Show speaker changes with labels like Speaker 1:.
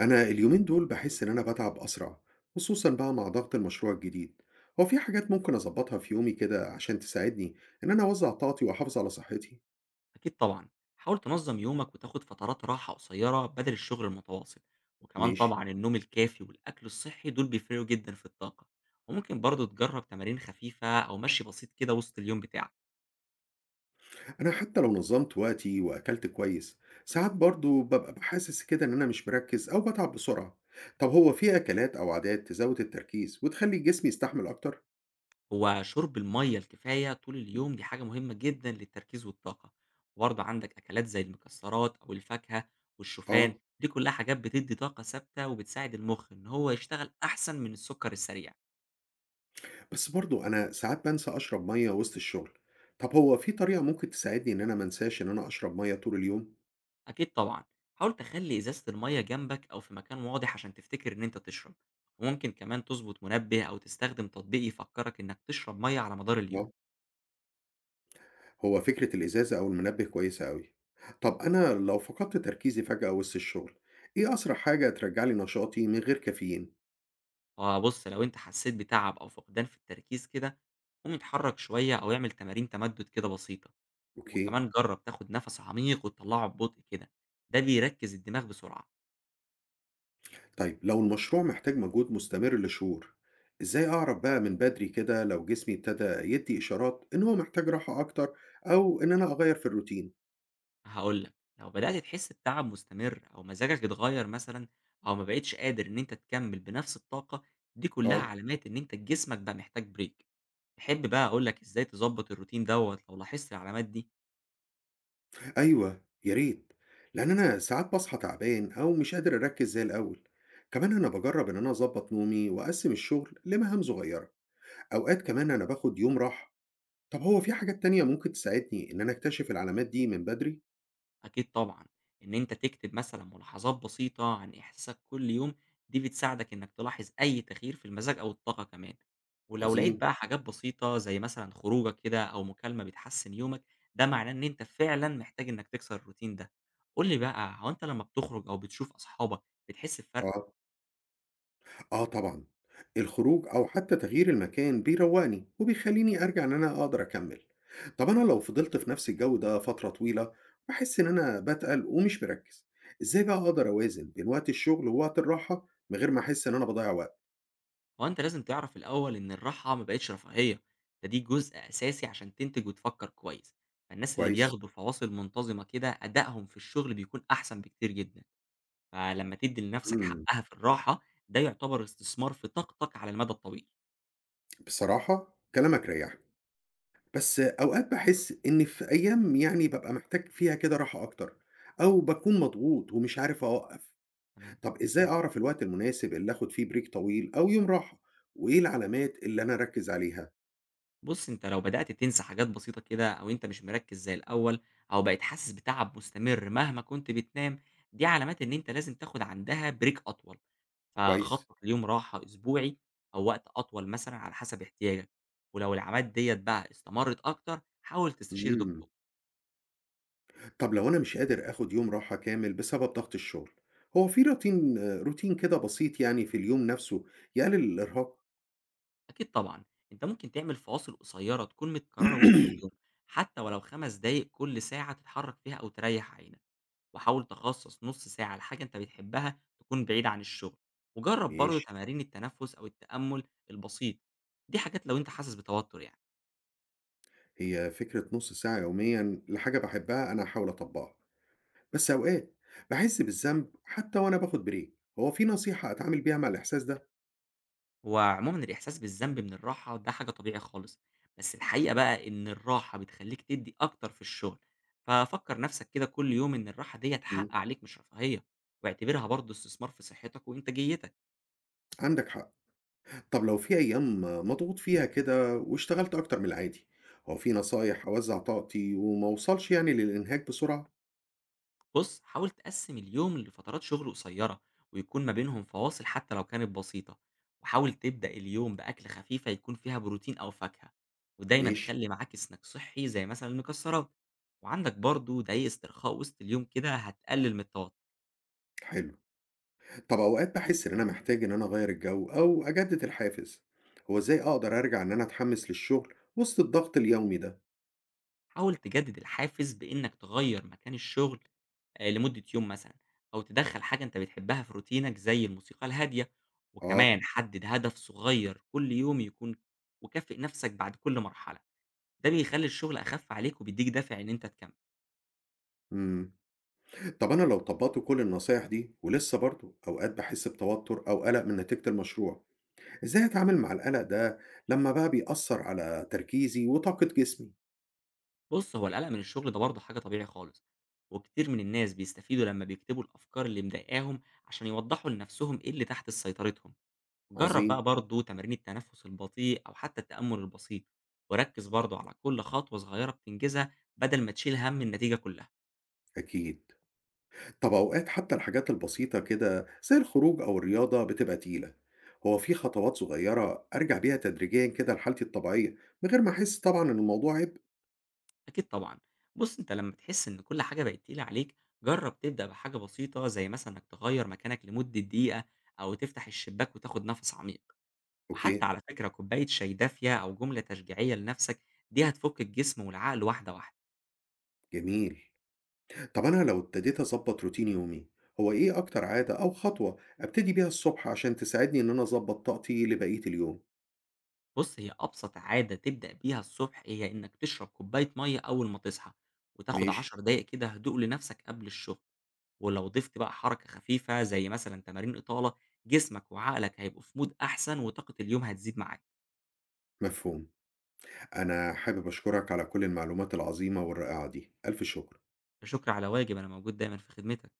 Speaker 1: أنا اليومين دول باحس إن أنا باتعب أسرع، خصوصًا بقى مع ضغط المشروع الجديد، هو في حاجات ممكن أضبطها في يومي كده عشان تساعدني إن أنا أوزع طاقتي وأحافظ على صحتي؟
Speaker 2: أكيد طبعًا، حاول تنظّم يومك وتاخد فترات راحة قصيرة بدل الشغل المتواصل، وكمان
Speaker 1: ماشي.
Speaker 2: طبعًا النوم الكافي والأكل الصحي دول بيفرقوا جدًا في الطاقة، وممكن برضه تجرّب تمارين خفيفة أو مشي بسيط كده وسط اليوم بتاعك.
Speaker 1: أنا حتى لو نظمت وقتي وأكلت كويس، ساعات برضه بابقى حاسس كده إن أنا مش مركز أو باتعب بسرعة، طب هو في أكلات أو عادات تزود التركيز وتخلي جسمي يستحمل أكتر؟
Speaker 2: هو شرب المَيّة الكفاية طول اليوم دي حاجة مهمة جدًا للتركيز والطاقة، وبرضه عندك أكلات زي المكسرات أو الفاكهة والشوفان،
Speaker 1: آه،
Speaker 2: دي كلها حاجات بتدّي طاقة ثابتة وبتساعد المخ إن هو يشتغل أحسن من السُكّر السريع.
Speaker 1: بس برضه أنا ساعات بانسى أشرب مَيّة وسط الشغل، طب هو في طريقة ممكن تساعدني إن أنا ما أنساش إن أنا أشرب مَيّة طول اليوم؟
Speaker 2: أكيد طبعًا، حاول تخلّي إزازة المَيّة جنبك أو في مكان واضح عشان تفتكر إن أنت تشرب، وممكن كمان تضبط منبه أو تستخدم تطبيق يفكّرك إنك تشرب مَيّة على مدار اليوم.
Speaker 1: آه. هو فكرة الإزازة أو المنبه كويسة أوي. طب أنا لو فقدت تركيزي فجأة وسط الشغل، إيه أسرع حاجة ترجّع لي نشاطي من غير كافيين؟
Speaker 2: فبُص، لو أنت حسّيت بتعب أو فقدان في التركيز كده، قوم اتحرك شوية أو اعمل تمارين تمدد كده بسيطة.
Speaker 1: أوكي.
Speaker 2: وكمان جرّب تاخد نَفَس عميق وتطلّعه ببطء كده، ده بيركّز الدماغ بسرعة.
Speaker 1: طيب لو المشروع محتاج مجهود مستمر لشهور، إزاي أعرف بقى من بدري كده لو جسمي ابتدى يدي إشارات إن هو محتاج راحة أكتر أو إن أنا أغير في الروتين؟
Speaker 2: هاقول لك، لو بدأت تحس بتعب مستمر أو مزاجك اتغيّر مثلًا أو ما بقيتش قادر إن أنت تكمّل بنفس الطاقة، دي كلّها
Speaker 1: آه.
Speaker 2: علامات إن أنت جسمك بقى محتاج break. تحب بقى أقول لك إزاي تضبّط الروتين دوّة لو لاحظت العلامات دي؟
Speaker 1: أيوه، يا ريت، لأن أنا ساعات باصحى تعبان أو مش قادر أركّز زي الأول. كمان أنا باجرّب إن أنا أضبّط نومي وأقسّم الشغل لمهام صغيرة. أوقات كمان أنا باخد يوم راحة، طب هو في حاجات تانية ممكن تساعدني إن أنا أكتشف العلامات دي من بدري؟
Speaker 2: أكيد طبعًا، إن أنت تكتب مثلًا ملاحظات بسيطة عن إحساسك كل يوم، دي بتساعدك إنك تلاحظ أي تغيير في المزاج أو الطاقة كمان، ولو لقيت
Speaker 1: عظيم.
Speaker 2: بقى حاجات بسيطة زي مثلًا خروجة كده أو مكالمة بتحسن يومك، ده معناه إن أنت فعلًا محتاج إنك تكسر الروتين ده. قُل لي بقى، هو أنت لمّا بتخرج أو بتشوف أصحابك بتحس بفرق؟
Speaker 1: آه، آه طبعًا، الخروج أو حتى تغيير المكان بيروقني وبيخليني أرجع إن أنا أقدر أكمل، طب أنا لو فضلت في نفس الجو ده فترة طويلة باحس إن أنا باتقل ومش مركز، إزاي بقى أقدر أوازن بين وقت الشغل ووقت الراحة من غير ما أحس إن أنا باضيع وقت؟
Speaker 2: هو أنت لازم تعرف الأول إن الراحة ما بقتش رفاهية، ده دي جزء أساسي عشان تنتج وتفكر كويس، فالناس اللي
Speaker 1: كويس.
Speaker 2: بياخدوا فواصل منتظمة كده أدائهم في الشغل بيكون أحسن بكتير جدًا. فلمّا تدّي لنفسك
Speaker 1: إمم.
Speaker 2: حقّها في الراحة، ده يعتبر استثمار في طاقتك على المدى الطويل.
Speaker 1: بصراحة كلامك ريحني. بس أوقات باحس إن في أيام يعني بابقى محتاج فيها كده راحة أكتر، أو باكون مضغوط ومش عارف أوقّف.
Speaker 2: تمام.
Speaker 1: طَب إزاي أعرف الوقت المناسب اللي آخُد فيه break طويل أو يوم راحة، وإيه العلامات اللي أنا أركّز عليها؟
Speaker 2: بُص، أنت لو بدأت تنسى حاجات بسيطة كده أو أنت مش مركّز زي الأول أو بقيت حاسس بتعب مستمر مهما كنت بتنام، دي علامات إن أنت لازم تاخد عندها break أطول،
Speaker 1: كويس.
Speaker 2: فخطّط ليوم راحة أسبوعي أو وقت أطول مثلًا على حسب احتياجك، ولو العلامات ديّة بقى استمرِّت أكتر، حاول تستشير
Speaker 1: إمم.
Speaker 2: دكتور.
Speaker 1: طَب لو أنا مش قادر آخُد يوم راحة كامل بسبب ضغط الشغل، هو في روتين كده بسيط يعني في اليوم نَفْسه يقلل الإرهاق؟
Speaker 2: أكيد طبعًا، أنت ممكن تعمل فواصل قصيّرة تكون متكرّرة وسط اليوم، حتى ولو 5 دقايق كل ساعة تتحرّك فيها أو تريّح عينك، وحاول تخصّص نُص ساعة لحاجة أنت بتحبها تكون بعيد عن الشغل، وجرّب برضه
Speaker 1: ماشي.
Speaker 2: تمارين التنفُّس أو التأمُّل البسيط، دي حاجات لو أنت حاسس بتوتُّر يعني.
Speaker 1: هي فكرة نُص ساعة يوميًا لحاجة باحبها أنا هاحاول أطبّقها. بس أوقات باحس بالذنب حتى وأنا باخد بريك، هو في نصيحة أتعامل بيها مع الإحساس ده؟
Speaker 2: هو عمومًا الإحساس بالذنب من الراحة ده حاجة طبيعي خالص، بس الحقيقة بقى إن الراحة بتخلّيك تدّي أكتر في الشغل، ففكّر نَفْسك كده كل يوم إن الراحة ديّة
Speaker 1: إمم.
Speaker 2: حق عليك مش رفاهية، واعتبرها برضه استثمار في صحّتك وإنتاجيتك.
Speaker 1: عندك حق. طب لو في أيام مضغوط فيها كده واشتغلت أكتر من العادي، هو في نصايح أوزع طاقتي وما أوصلش يعني للإنهاك بسرعة؟
Speaker 2: بص، حاول تقسم اليوم لفترات شغل قصيرة ويكون ما بينهم فواصل حتى لو كانت بسيطة، وحاول تبدأ اليوم بأكل خفيفة يكون فيها بروتين أو فاكهة، ودايما
Speaker 1: ماشي.
Speaker 2: خلي معاك سناك صحي زي مثلا المكسرات، وعندك برضو دقايق استرخاء وسط اليوم كده هتقلل من التوتر.
Speaker 1: حلو. طب أوقات باحس إن أنا محتاج إن أنا أغير الجو أو أجدد الحافز، هو إزاي أقدر أرجع إن أنا أتحمس للشغل وسط الضغط اليومي ده؟
Speaker 2: حاول تجدد الحافز بإنك تغير مكان الشغل، آه، لمدة يوم مثلا، أو تدخل حاجة أنت بتحبها في روتينك زي الموسيقى الهادية،
Speaker 1: آه.
Speaker 2: وكمان حدد هدف صغير كل يوم يكون، وكافئ نفسك بعد كل مرحلة، ده بيخلّي الشغل أخَف عليك وبيدّيك دافع إن أنت تكمّل.
Speaker 1: إمم. طب أنا لو طبقت كل النصايح دي ولسه برضه أوقات بحس بتوتر أو قلق من نتيجة المشروع، إزاي أتعامل مع القلق ده لما بقى بيأثر على تركيزي وطاقة جسمي؟
Speaker 2: بُص، هو القلق من الشغل ده برضه حاجة طبيعي خالص، وكتير من الناس بيستفيدوا لمّا بيكتبوا الأفكار اللي مضايقاهم عشان يوضّحوا لنَفْسهم إيه اللي تحت سيطرتهم. جرّب بقى
Speaker 1: عظيم.
Speaker 2: برضه تمارين التنفُّس البطيء أو حتى التأمُّل البسيط، وركِّز برضه على كل خطوة صغيرة بتنجزها بدل ما تشيل هَم النتيجة كُلّها.
Speaker 1: أكيد. طب أوقات حتى الحاجات البسيطة كده زي الخروج أو الرياضة بتبقى تقيلة. هو في خطوات صغيرة أرجع بيها تدريجيا كده لحالتي الطبيعية من غير ما أحس طبعا إن الموضوع عبء؟
Speaker 2: أكيد طبعًا. بُص، أنت لمّا تحس إن كل حاجة بقت تقيلة عليك، جرّب تبدأ بحاجة بسيطة زي مثلًا إنّك تغيّر مكانك لمدة دقيقة أو تفتح الشباك وتاخُد نَفَس عميق. وحتى
Speaker 1: أوكي.
Speaker 2: على فكرة كوباية شاي دافية أو جملة تشجيعية لنفسك، دي هتفك الجسم والعقل واحدة واحدة.
Speaker 1: جميل. طب أنا لو ابتديت أظبط روتين يومي، هو إيه أكتر عادة أو خطوة أبتدي بيها الصبح عشان تساعدني إن أنا أظبط طاقتي لبقية اليوم؟
Speaker 2: بص، هي أبسط عادة تبدأ بيها الصبح هي إنك تشرب كوباية مية أول ما تصحى وتاخد
Speaker 1: ماشي.
Speaker 2: 10 دقايق كده هدوء لنفسك قبل الشغل، ولو ضفت بقى حركة خفيفة زي مثلا تمارين إطالة، جسمك وعقلك هيبقوا في مود أحسن وطاقة اليوم هتزيد معاك.
Speaker 1: مفهوم. أنا حابب أشكرك على كل المعلومات العظيمة والرائعة دي، ألف شكر.
Speaker 2: شكرا على واجب، أنا موجود دايما في خدمتك.